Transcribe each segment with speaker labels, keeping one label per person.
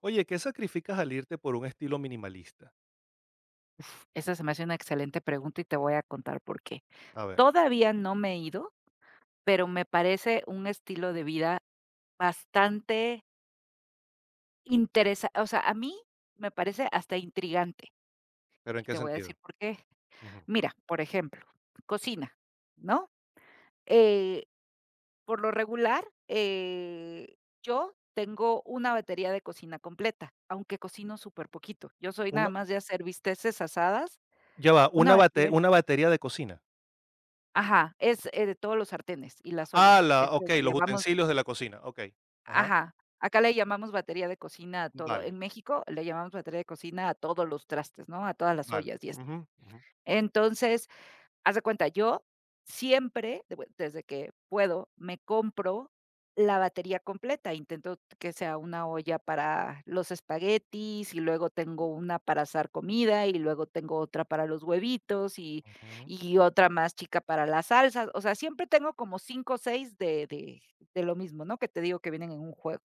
Speaker 1: Oye, ¿qué sacrificas al irte por un estilo minimalista?
Speaker 2: Esa se me hace una excelente pregunta y te voy a contar por qué.
Speaker 1: A ver,
Speaker 2: Todavía no me he ido, pero me parece un estilo de vida bastante interesante. O sea, a mí me parece hasta intrigante,
Speaker 1: ¿pero en
Speaker 2: y
Speaker 1: qué
Speaker 2: te voy a decir
Speaker 1: sentido?
Speaker 2: por qué.
Speaker 1: Ujú.
Speaker 2: Mira, por ejemplo, cocina, ¿no? Eh, por lo regular, yo tengo una batería de cocina completa, aunque cocino superpoquito. Yo soy nada
Speaker 1: Una
Speaker 2: más de hacer bisteces asadas,
Speaker 1: ya va,
Speaker 2: una
Speaker 1: una bate
Speaker 2: batería.
Speaker 1: una batería de cocina.
Speaker 2: Ajá, es, de todos los sartenes y las ollas. Es lo que
Speaker 1: Los
Speaker 2: llamamos.
Speaker 1: utensilios de la cocina, okey. Ajá,
Speaker 2: Ajá, acá le llamamos batería de cocina a todo.
Speaker 1: vale,
Speaker 2: En México le llamamos batería de cocina a todos los trastes, ¿no? A todas las
Speaker 1: vale.
Speaker 2: ollas y esto.
Speaker 1: Ujú, ujú,
Speaker 2: Entonces, haz de cuenta, yo siempre, de bueno, desde que puedo, me compro la batería completa. Intento que sea una olla para los espaguetis, y luego tengo una para asar comida, y luego tengo otra para los huevitos, y
Speaker 1: ujú,
Speaker 2: otra más chica para las salsas. O sea, siempre tengo como 5 o 6 de lo mismo, ¿no? Que te digo que vienen en un juego.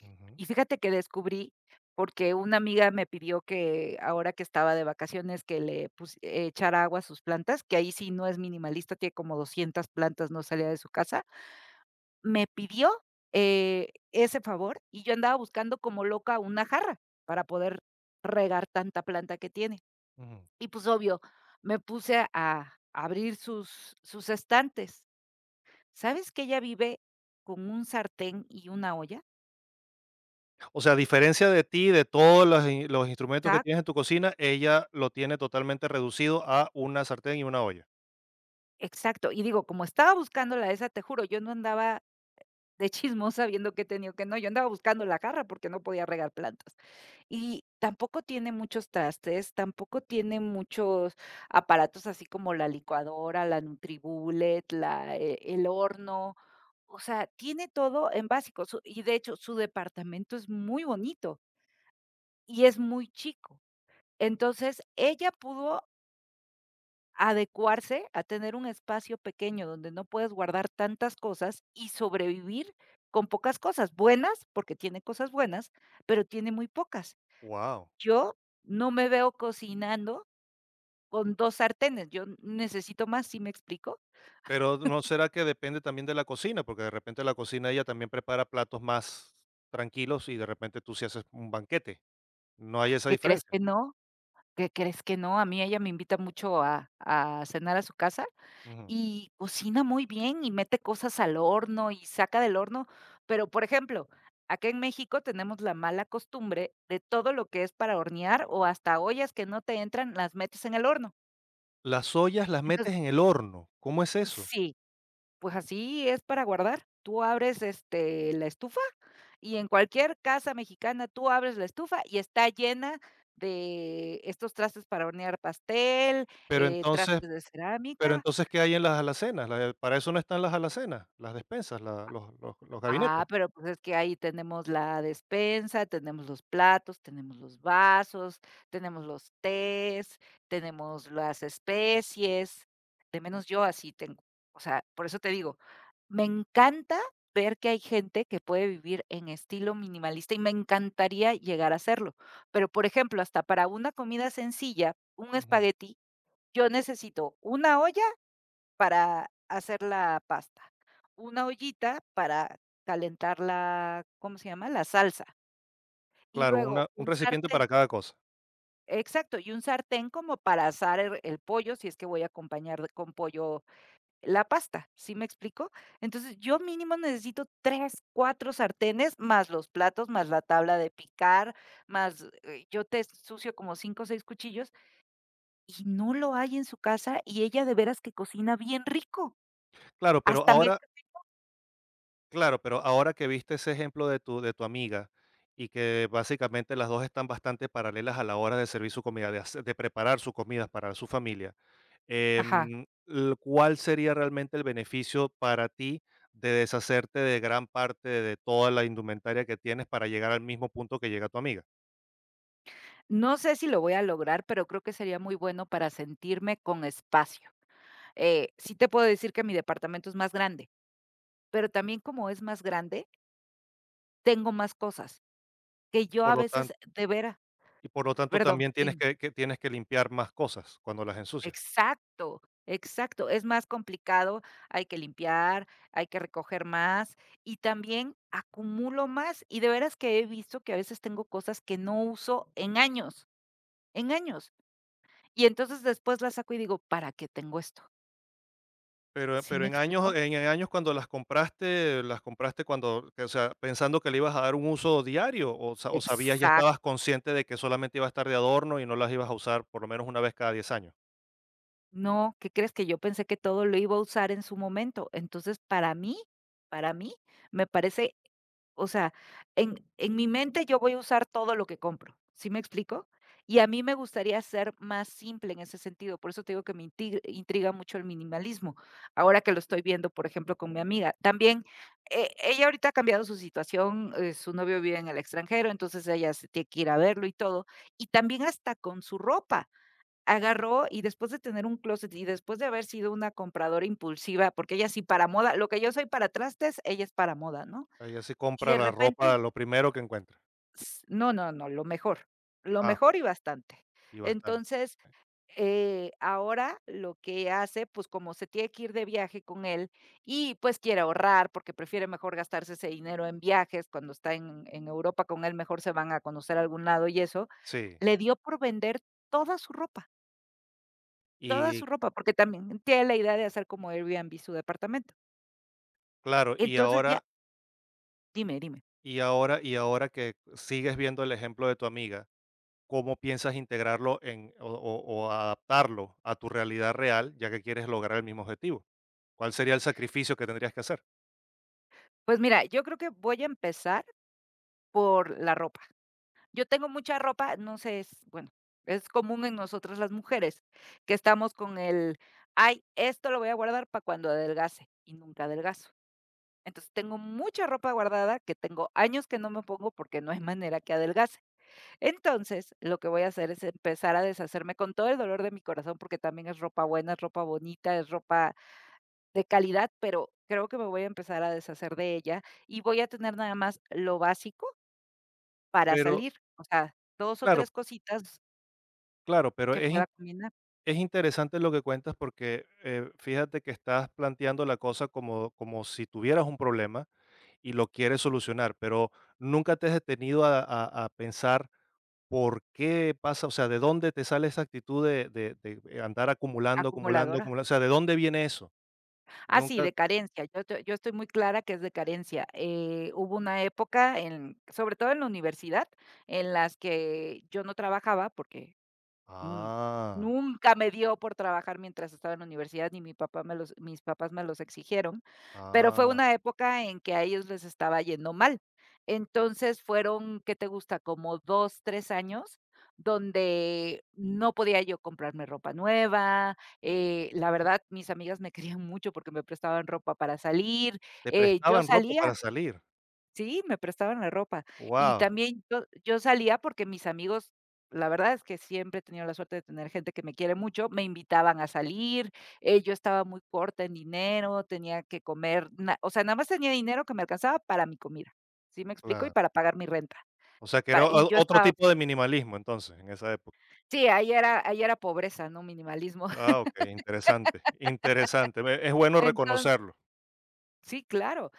Speaker 1: ujú,
Speaker 2: Y fíjate que descubrí, porque una amiga me pidió que ahora que estaba de vacaciones, que le pus echara agua a sus plantas, que ahí sí no es minimalista, tiene como 200 plantas, no salía de su casa. Me pidió, ese favor, y yo andaba buscando como loca una jarra para poder regar tanta planta que tiene.
Speaker 1: ujú.
Speaker 2: Y, pues, obvio, me puse a abrir sus estantes. ¿Sabes que ella vive con un sartén y una olla?
Speaker 1: O sea, a diferencia de ti, de todos los instrumentos que tienes en tu cocina, ella lo tiene totalmente reducido a una sartén y una olla.
Speaker 2: Exacto. Y digo, como estaba buscándola esa, te juro, yo no andaba de chismosa viendo qué tenía o qué no, yo andaba buscando la jarra porque no podía regar plantas. Y tampoco tiene muchos trastes, tampoco tiene muchos aparatos así como la licuadora, la NutriBullet, la, el horno. O sea, tiene todo en básico. Su Y de hecho, su departamento es muy bonito y es muy chico. Entonces, ella pudo adecuarse a tener un espacio pequeño donde no puedes guardar tantas cosas y sobrevivir con pocas cosas buenas, porque tiene cosas buenas, pero tiene muy pocas.
Speaker 1: Wow.
Speaker 2: Yo no me veo cocinando con 2 sartenes, yo necesito más, ¿sí me explico?
Speaker 1: Pero, ¿no será que depende también de la cocina? Porque de repente la cocina ella también prepara platos más tranquilos y de repente tú sí haces un banquete. ¿No hay esa
Speaker 2: ¿Qué crees
Speaker 1: diferencia?
Speaker 2: que no? ¿Qué crees que no? A mí ella me invita mucho a cenar a su casa.
Speaker 1: Ujú.
Speaker 2: Y cocina muy bien y mete cosas al horno y saca del horno, pero, por ejemplo, acá en México tenemos la mala costumbre de todo lo que es para hornear o hasta ollas que no te entran, las metes en el horno.
Speaker 1: Las ollas las
Speaker 2: Entonces
Speaker 1: metes en el horno, ¿cómo es eso?
Speaker 2: sí, pues así es para guardar. Tú abres la estufa y en cualquier casa mexicana tú abres la estufa y está llena de estos trastes para hornear pastel,
Speaker 1: Pero entonces
Speaker 2: trastes de
Speaker 1: pero
Speaker 2: cerámica.
Speaker 1: entonces, ¿qué hay en las alacenas? La Para eso no están las alacenas, las despensas, la los
Speaker 2: Ah,
Speaker 1: gabinetes.
Speaker 2: pero pues es que ahí tenemos la despensa, tenemos los platos, tenemos los vasos, tenemos los tés, tenemos las especies, de menos yo así tengo. O sea, por eso te digo, me encanta ver que hay gente que puede vivir en estilo minimalista y me encantaría llegar a hacerlo. Pero, por ejemplo, hasta para una comida sencilla, un
Speaker 1: Ujú.
Speaker 2: espagueti, yo necesito una olla para hacer la pasta, una ollita para calentar la, ¿cómo se llama? La salsa, y
Speaker 1: Claro,
Speaker 2: luego
Speaker 1: una un
Speaker 2: un
Speaker 1: recipiente
Speaker 2: sartén.
Speaker 1: para cada cosa.
Speaker 2: Exacto, y un sartén como para asar el pollo, si es que voy a acompañar de con pollo la pasta, ¿sí me explico? Entonces, yo mínimo necesito 3, 4 sartenes, más los platos, más la tabla de picar, más, yo te ensucio como cinco o 6 cuchillos, y no lo hay en su casa, y ella de veras que cocina bien rico,
Speaker 1: Claro, pero
Speaker 2: hasta me.
Speaker 1: ahora Claro, pero ahora que viste ese ejemplo de tu amiga y que básicamente las dos están bastante paralelas a la hora de servir su comida, de preparar su comida para su familia,
Speaker 2: Ajá.
Speaker 1: ¿cuál sería realmente el beneficio para ti de deshacerte de gran parte de toda la indumentaria que tienes para llegar al mismo punto que llega tu amiga?
Speaker 2: No sé si lo voy a lograr, pero creo que sería muy bueno para sentirme con espacio. Sí te puedo decir que mi departamento es más grande, pero también como es más grande, tengo más cosas que
Speaker 1: Y
Speaker 2: yo
Speaker 1: por
Speaker 2: a
Speaker 1: lo
Speaker 2: veces
Speaker 1: tanto,
Speaker 2: de veras.
Speaker 1: y por lo tanto
Speaker 2: Perdón,
Speaker 1: también tienes
Speaker 2: dime.
Speaker 1: que tienes que limpiar más cosas cuando las ensucias.
Speaker 2: Exacto, exacto. Es más complicado, hay que limpiar, hay que recoger más y también acumulo más. Y de veras que he visto que a veces tengo cosas que no uso en años, en años. Y entonces después las saco y digo, ¿para qué tengo esto?
Speaker 1: Pero eh,
Speaker 2: ¿Sí me
Speaker 1: pero en años
Speaker 2: explico?
Speaker 1: en años cuando las compraste o sea, pensando que le ibas a dar un uso diario, o sabías, ya estabas
Speaker 2: Exacto.
Speaker 1: consciente de que solamente iba a estar de adorno y no las ibas a usar por lo menos una vez cada 10 años.
Speaker 2: No, ¿qué crees? Que yo pensé que todo lo iba a usar en su momento. Entonces, para mí, me parece, o sea, en mi mente yo voy a usar todo lo que compro, ¿sí me explico? Y a mí me gustaría ser más simple en ese sentido, por eso te digo que me inti intriga mucho el minimalismo. Ahora que lo estoy viendo, por ejemplo, con mi amiga. También, ella ahorita ha cambiado su situación, su novio vive en el extranjero, entonces ella se tiene que ir a verlo y todo, y también hasta con su ropa. Agarró y después de tener un closet y después de haber sido una compradora impulsiva, porque ella sí para moda, lo que yo soy para trastes, ella es para moda, ¿no?
Speaker 1: Ella se
Speaker 2: Y
Speaker 1: compra
Speaker 2: de
Speaker 1: la
Speaker 2: repente,
Speaker 1: ropa lo primero que encuentra.
Speaker 2: s no, no, no, lo
Speaker 1: Ah,
Speaker 2: mejor y bastante.
Speaker 1: y bastante.
Speaker 2: Entonces, ahora lo que hace, pues, como se tiene que ir de viaje con él y, pues, quiere ahorrar, porque prefiere mejor gastarse ese dinero en viajes, cuando está en Europa con él, mejor se van a conocer a algún lado y eso,
Speaker 1: Sí.
Speaker 2: le dio por vender toda su ropa. Toda su
Speaker 1: Y
Speaker 2: ropa, porque también tiene la idea de hacer como Airbnb su departamento.
Speaker 1: claro, y
Speaker 2: Entonces ya
Speaker 1: ahora
Speaker 2: dime, dime.
Speaker 1: y ahora y ahora que sigues viendo el ejemplo de tu amiga, ¿cómo piensas integrarlo en o adaptarlo a tu realidad real, ya que quieres lograr el mismo objetivo? ¿Cuál sería el sacrificio que tendrías que hacer?
Speaker 2: Pues mira, yo creo que voy a empezar por la ropa. Yo tengo mucha ropa, no sé, es bueno, es común en nosotras las mujeres que estamos con el: "Ay, esto lo voy a guardar para cuando adelgace", y nunca adelgazo. Entonces, tengo mucha ropa guardada que tengo años que no me pongo porque no hay manera que adelgace. Entonces, lo que voy a hacer es empezar a deshacerme con todo el dolor de mi corazón, porque también es ropa buena, es ropa bonita, es ropa de calidad, pero creo que me voy a empezar a deshacer de ella y voy a tener nada más lo básico para
Speaker 1: Pero
Speaker 2: salir, o sea, dos o
Speaker 1: claro,
Speaker 2: 3 cositas
Speaker 1: claro, pero
Speaker 2: que
Speaker 1: es in
Speaker 2: pueda combinar,
Speaker 1: es interesante lo que cuentas porque, fíjate que estás planteando la cosa como si tuvieras un problema y lo quieres solucionar, pero nunca te has detenido a pensar por qué pasa, o sea, de dónde te sale esa actitud de andar acumulando, acumulando,
Speaker 2: acumuladora.
Speaker 1: acumulando, o sea, ¿de dónde viene eso?
Speaker 2: Ah, sí,
Speaker 1: Nunca
Speaker 2: de carencia, yo estoy muy clara que es de carencia, hubo una época en sobre todo en la universidad, en las que yo no trabajaba porque Mm,
Speaker 1: ah,
Speaker 2: nunca me dio por trabajar mientras estaba en la universidad, ni mi papá me los mis papás me los exigieron, pero fue
Speaker 1: ah,
Speaker 2: una época en que a ellos les estaba yendo mal. Entonces, fueron, ¿qué te gusta? Como 2 3 años donde no podía yo comprarme ropa nueva, la verdad, mis amigas me querían mucho porque me prestaban ropa para salir,
Speaker 1: te
Speaker 2: yo
Speaker 1: prestaban ropa para
Speaker 2: salía.
Speaker 1: salir.
Speaker 2: Sí, me prestaban la ropa. Y
Speaker 1: Wow.
Speaker 2: también yo salía porque mis amigos, la verdad es que siempre he tenido la suerte de tener gente que me quiere mucho, me invitaban a salir, yo estaba muy corta en dinero, tenía que comer, na o sea, nada más tenía dinero que me alcanzaba para mi comida, ¿sí me explico? Y
Speaker 1: Claro.
Speaker 2: para pagar mi renta.
Speaker 1: O sea, que era
Speaker 2: Y
Speaker 1: o
Speaker 2: yo
Speaker 1: otro
Speaker 2: estaba
Speaker 1: tipo de minimalismo entonces, en esa época.
Speaker 2: sí, ahí era pobreza, ¿no? Minimalismo.
Speaker 1: Ah, okey, interesante, interesante. Ve, es bueno reconocerlo.
Speaker 2: Sí, claro.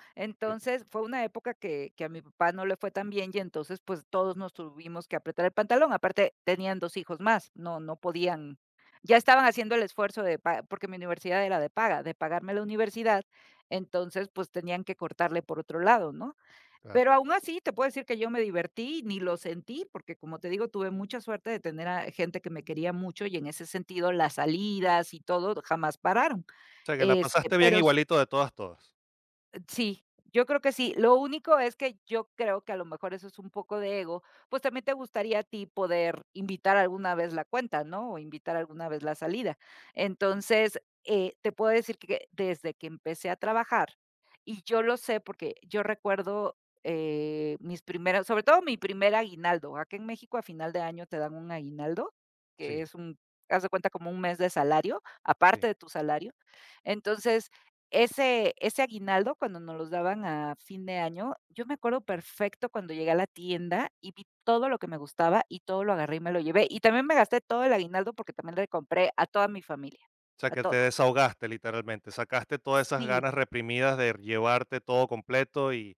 Speaker 1: Sí,
Speaker 2: Entonces, fue una época que a mi papá no le fue tan bien y entonces, pues, todos nos tuvimos que apretar el pantalón. Aparte, tenían 2 hijos más, no podían ya estaban haciendo el esfuerzo de pa porque mi universidad era de paga, de pagarme la universidad, entonces, pues, tenían que cortarle por otro lado, ¿no?
Speaker 1: claro.
Speaker 2: Pero aún así, te puedo decir que yo me divertí, ni lo sentí, porque, como te digo, tuve mucha suerte de tener a gente que me quería mucho y en ese sentido las salidas y todo jamás pararon.
Speaker 1: O sea, que la
Speaker 2: Este,
Speaker 1: pasaste bien
Speaker 2: pero
Speaker 1: igualito de todas, todas.
Speaker 2: Sí, yo creo que sí. Lo único es que yo creo que a lo mejor eso es un poco de ego, pues también te gustaría a ti poder invitar alguna vez la cuenta, ¿no? O invitar alguna vez la salida. Entonces, te puedo decir que desde que empecé a trabajar, y yo lo sé porque yo recuerdo mis primeros, sobre todo mi primer aguinaldo. Acá en México a final de año te dan un aguinaldo, que
Speaker 1: Sí,
Speaker 2: es un, haz de cuenta como un mes de salario,
Speaker 1: sí.
Speaker 2: aparte de tu salario. Entonces, ese aguinaldo, cuando nos los daban a fin de año, yo me acuerdo perfecto cuando llegué a la tienda y vi todo lo que me gustaba y todo lo agarré y me lo llevé. Y también me gasté todo el aguinaldo porque también le compré a toda mi familia,
Speaker 1: O sea,
Speaker 2: a
Speaker 1: que te
Speaker 2: toda.
Speaker 1: desahogaste literalmente, sacaste todas esas
Speaker 2: Sí,
Speaker 1: ganas reprimidas de llevarte todo completo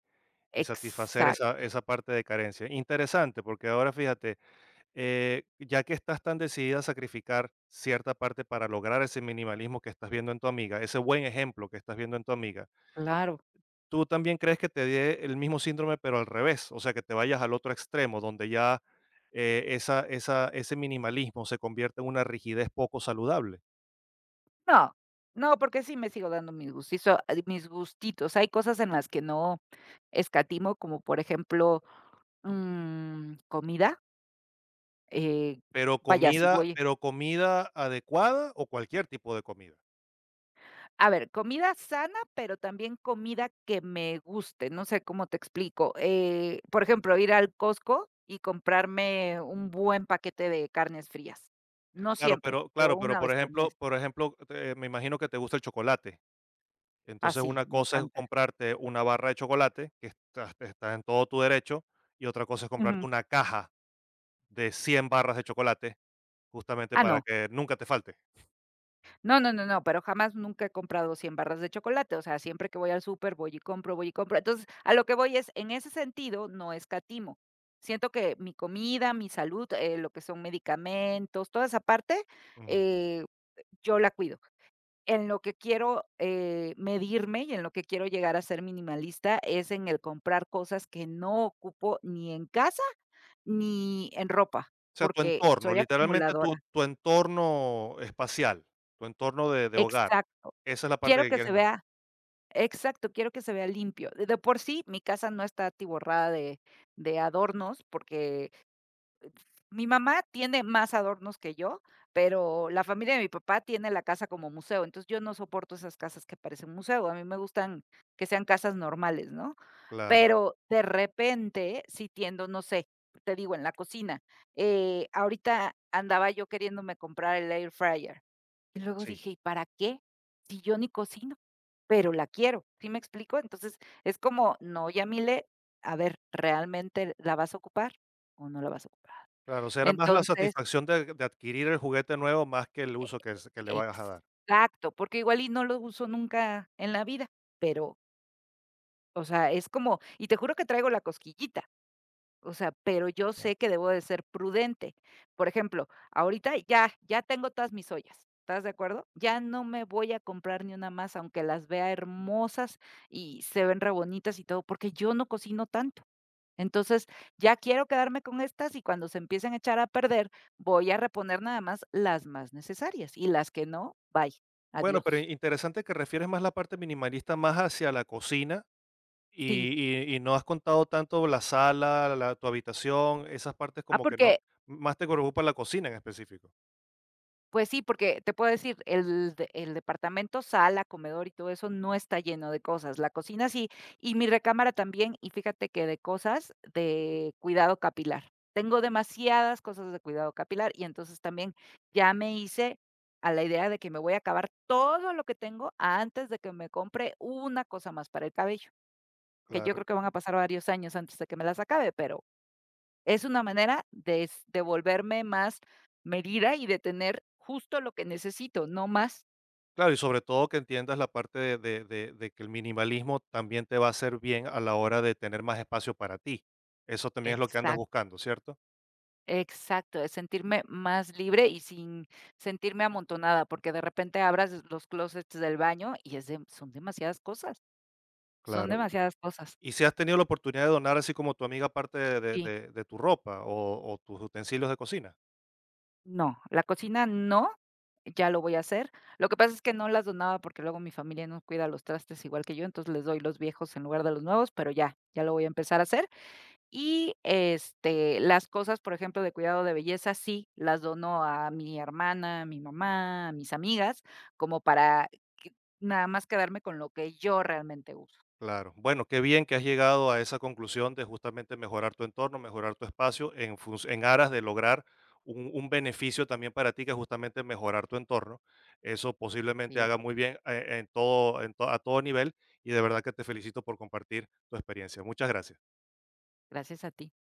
Speaker 1: y satisfacer
Speaker 2: exacto,
Speaker 1: esa parte de carencia. Interesante, porque ahora fíjate, ya que estás tan decidida a sacrificar cierta parte para lograr ese minimalismo que estás viendo en tu amiga, ese buen ejemplo que estás viendo en tu amiga,
Speaker 2: claro.
Speaker 1: ¿tú también crees que te dé el mismo síndrome, pero al revés? O sea, que te vayas al otro extremo, donde ese minimalismo se convierte en una rigidez poco saludable.
Speaker 2: No, no, porque sí me sigo dando mis gustitos mis gustitos. Hay cosas en las que no escatimo, como por ejemplo, comida, eh, vaya, si voy.
Speaker 1: Pero comida adecuada o cualquier tipo de comida.
Speaker 2: A ver, comida sana, pero también comida que me guste, no sé cómo te explico. Por ejemplo, ir al Costco y comprarme un buen paquete de carnes frías. No
Speaker 1: Claro,
Speaker 2: siempre,
Speaker 1: pero,
Speaker 2: pero
Speaker 1: claro, pero
Speaker 2: una
Speaker 1: por
Speaker 2: vez al mes.
Speaker 1: ejemplo, por ejemplo, me imagino que te gusta el chocolate.
Speaker 2: Ah,
Speaker 1: Entonces,
Speaker 2: sí,
Speaker 1: una
Speaker 2: me
Speaker 1: cosa es
Speaker 2: encanta.
Speaker 1: comprarte una barra de chocolate, que estás en todo tu derecho, y otra cosa es
Speaker 2: Ujú.
Speaker 1: comprarte una caja de 100 barras de chocolate, justamente
Speaker 2: Ah,
Speaker 1: para
Speaker 2: no.
Speaker 1: que nunca te falte.
Speaker 2: No, no, no, no, pero jamás nunca he comprado 100 barras de chocolate, o sea, siempre que voy al súper voy y compro, voy y compro. Entonces, a lo que voy es, en ese sentido, no escatimo. Siento que mi comida, mi salud, lo que son medicamentos, toda esa parte,
Speaker 1: Ujú.
Speaker 2: eh, yo la cuido. En lo que quiero medirme y en lo que quiero llegar a ser minimalista es en el comprar cosas que no ocupo ni en casa ni en ropa,
Speaker 1: O sea, tu
Speaker 2: porque
Speaker 1: entorno,
Speaker 2: soy
Speaker 1: literalmente
Speaker 2: acumuladora.
Speaker 1: tu entorno espacial, tu entorno de hogar.
Speaker 2: Exacto.
Speaker 1: Esa es la parte
Speaker 2: Quiero
Speaker 1: que
Speaker 2: que se
Speaker 1: quieres mejor.
Speaker 2: vea Exacto, quiero que se vea limpio. De por sí, mi casa no está atiborrada de adornos, porque mi mamá tiene más adornos que yo, pero la familia de mi papá tiene la casa como museo, entonces yo no soporto esas casas que parecen museo, a mí me gustan que sean casas normales, ¿no?
Speaker 1: Claro,
Speaker 2: Pero de repente, si tiendo, no sé, te digo, en la cocina, ahorita andaba yo queriéndome comprar el air fryer y luego
Speaker 1: sí,
Speaker 2: dije, ¿y para qué? Si yo ni cocino, pero la quiero, ¿sí me explico? Entonces es como, no, Yamile, a ver, ¿realmente la vas a ocupar o no la vas a ocupar?
Speaker 1: claro, o sea, era más la
Speaker 2: Entonces,
Speaker 1: satisfacción de adquirir el juguete nuevo más que el
Speaker 2: e
Speaker 1: uso que le vayas a dar,
Speaker 2: exacto, porque igual y no lo uso nunca en la vida, pero, o sea, es como y te juro que traigo la cosquillita. O sea, pero yo
Speaker 1: claro.
Speaker 2: sé que debo de ser prudente. Por ejemplo, ahorita ya tengo todas mis ollas. ¿Estás de acuerdo? Ya no me voy a comprar ni una más, aunque las vea hermosas y se ven re bonitas y todo, porque yo no cocino tanto. Entonces, ya quiero quedarme con estas y cuando se empiecen a echar a perder, voy a reponer nada más las más necesarias y las que no, bye,
Speaker 1: Bueno, pero
Speaker 2: adiós.
Speaker 1: interesante que refieres más la parte minimalista más hacia la cocina y
Speaker 2: Sí.
Speaker 1: no has contado tanto la sala, la tu habitación, esas partes
Speaker 2: Ah,
Speaker 1: como que no
Speaker 2: porque
Speaker 1: más te preocupa la cocina en específico.
Speaker 2: Pues sí, porque te puedo decir, el de el departamento, sala, comedor y todo eso no está lleno de cosas. La cocina sí, y mi recámara también, y fíjate que de cosas de cuidado capilar. Tengo demasiadas cosas de cuidado capilar y entonces también ya me hice a la idea de que me voy a acabar todo lo que tengo antes de que me compre una cosa más para el cabello, que yo
Speaker 1: Claro.
Speaker 2: creo que van a pasar varios años antes de que me las acabe, pero es una manera de volverme más medida y de tener justo lo que necesito, no más.
Speaker 1: Claro, y sobre todo que entiendas la parte de que el minimalismo también te va a hacer bien a la hora de tener más espacio para ti. Eso también es lo que andas
Speaker 2: Exac
Speaker 1: buscando, ¿cierto?
Speaker 2: exacto, de sentirme más libre y sin sentirme amontonada, porque de repente abras los closets del baño y es de son demasiadas cosas, son
Speaker 1: Claro. Y
Speaker 2: demasiadas cosas.
Speaker 1: y si has tenido la oportunidad de donar, así como tu amiga, parte
Speaker 2: Sí,
Speaker 1: de tu ropa o tus utensilios de cocina.
Speaker 2: no, la cocina no, ya lo voy a hacer. Lo que pasa es que no las donaba porque luego mi familia no cuida los trastes igual que yo, entonces les doy los viejos en lugar de los nuevos, pero ya lo voy a empezar a hacer. Y, este, las cosas, por ejemplo, de cuidado de belleza, sí, las dono a mi hermana, a mi mamá, a mis amigas, como para que nada más quedarme con lo que yo realmente uso.
Speaker 1: Claro. Bueno, qué bien que has llegado a esa conclusión de justamente mejorar tu entorno, mejorar tu espacio en, en aras de lograr un beneficio también para ti, que es justamente mejorar tu entorno. Eso posiblemente
Speaker 2: Así es,
Speaker 1: haga muy bien en todo, a todo nivel y de verdad que te felicito por compartir tu experiencia. Muchas gracias.
Speaker 2: gracias a ti.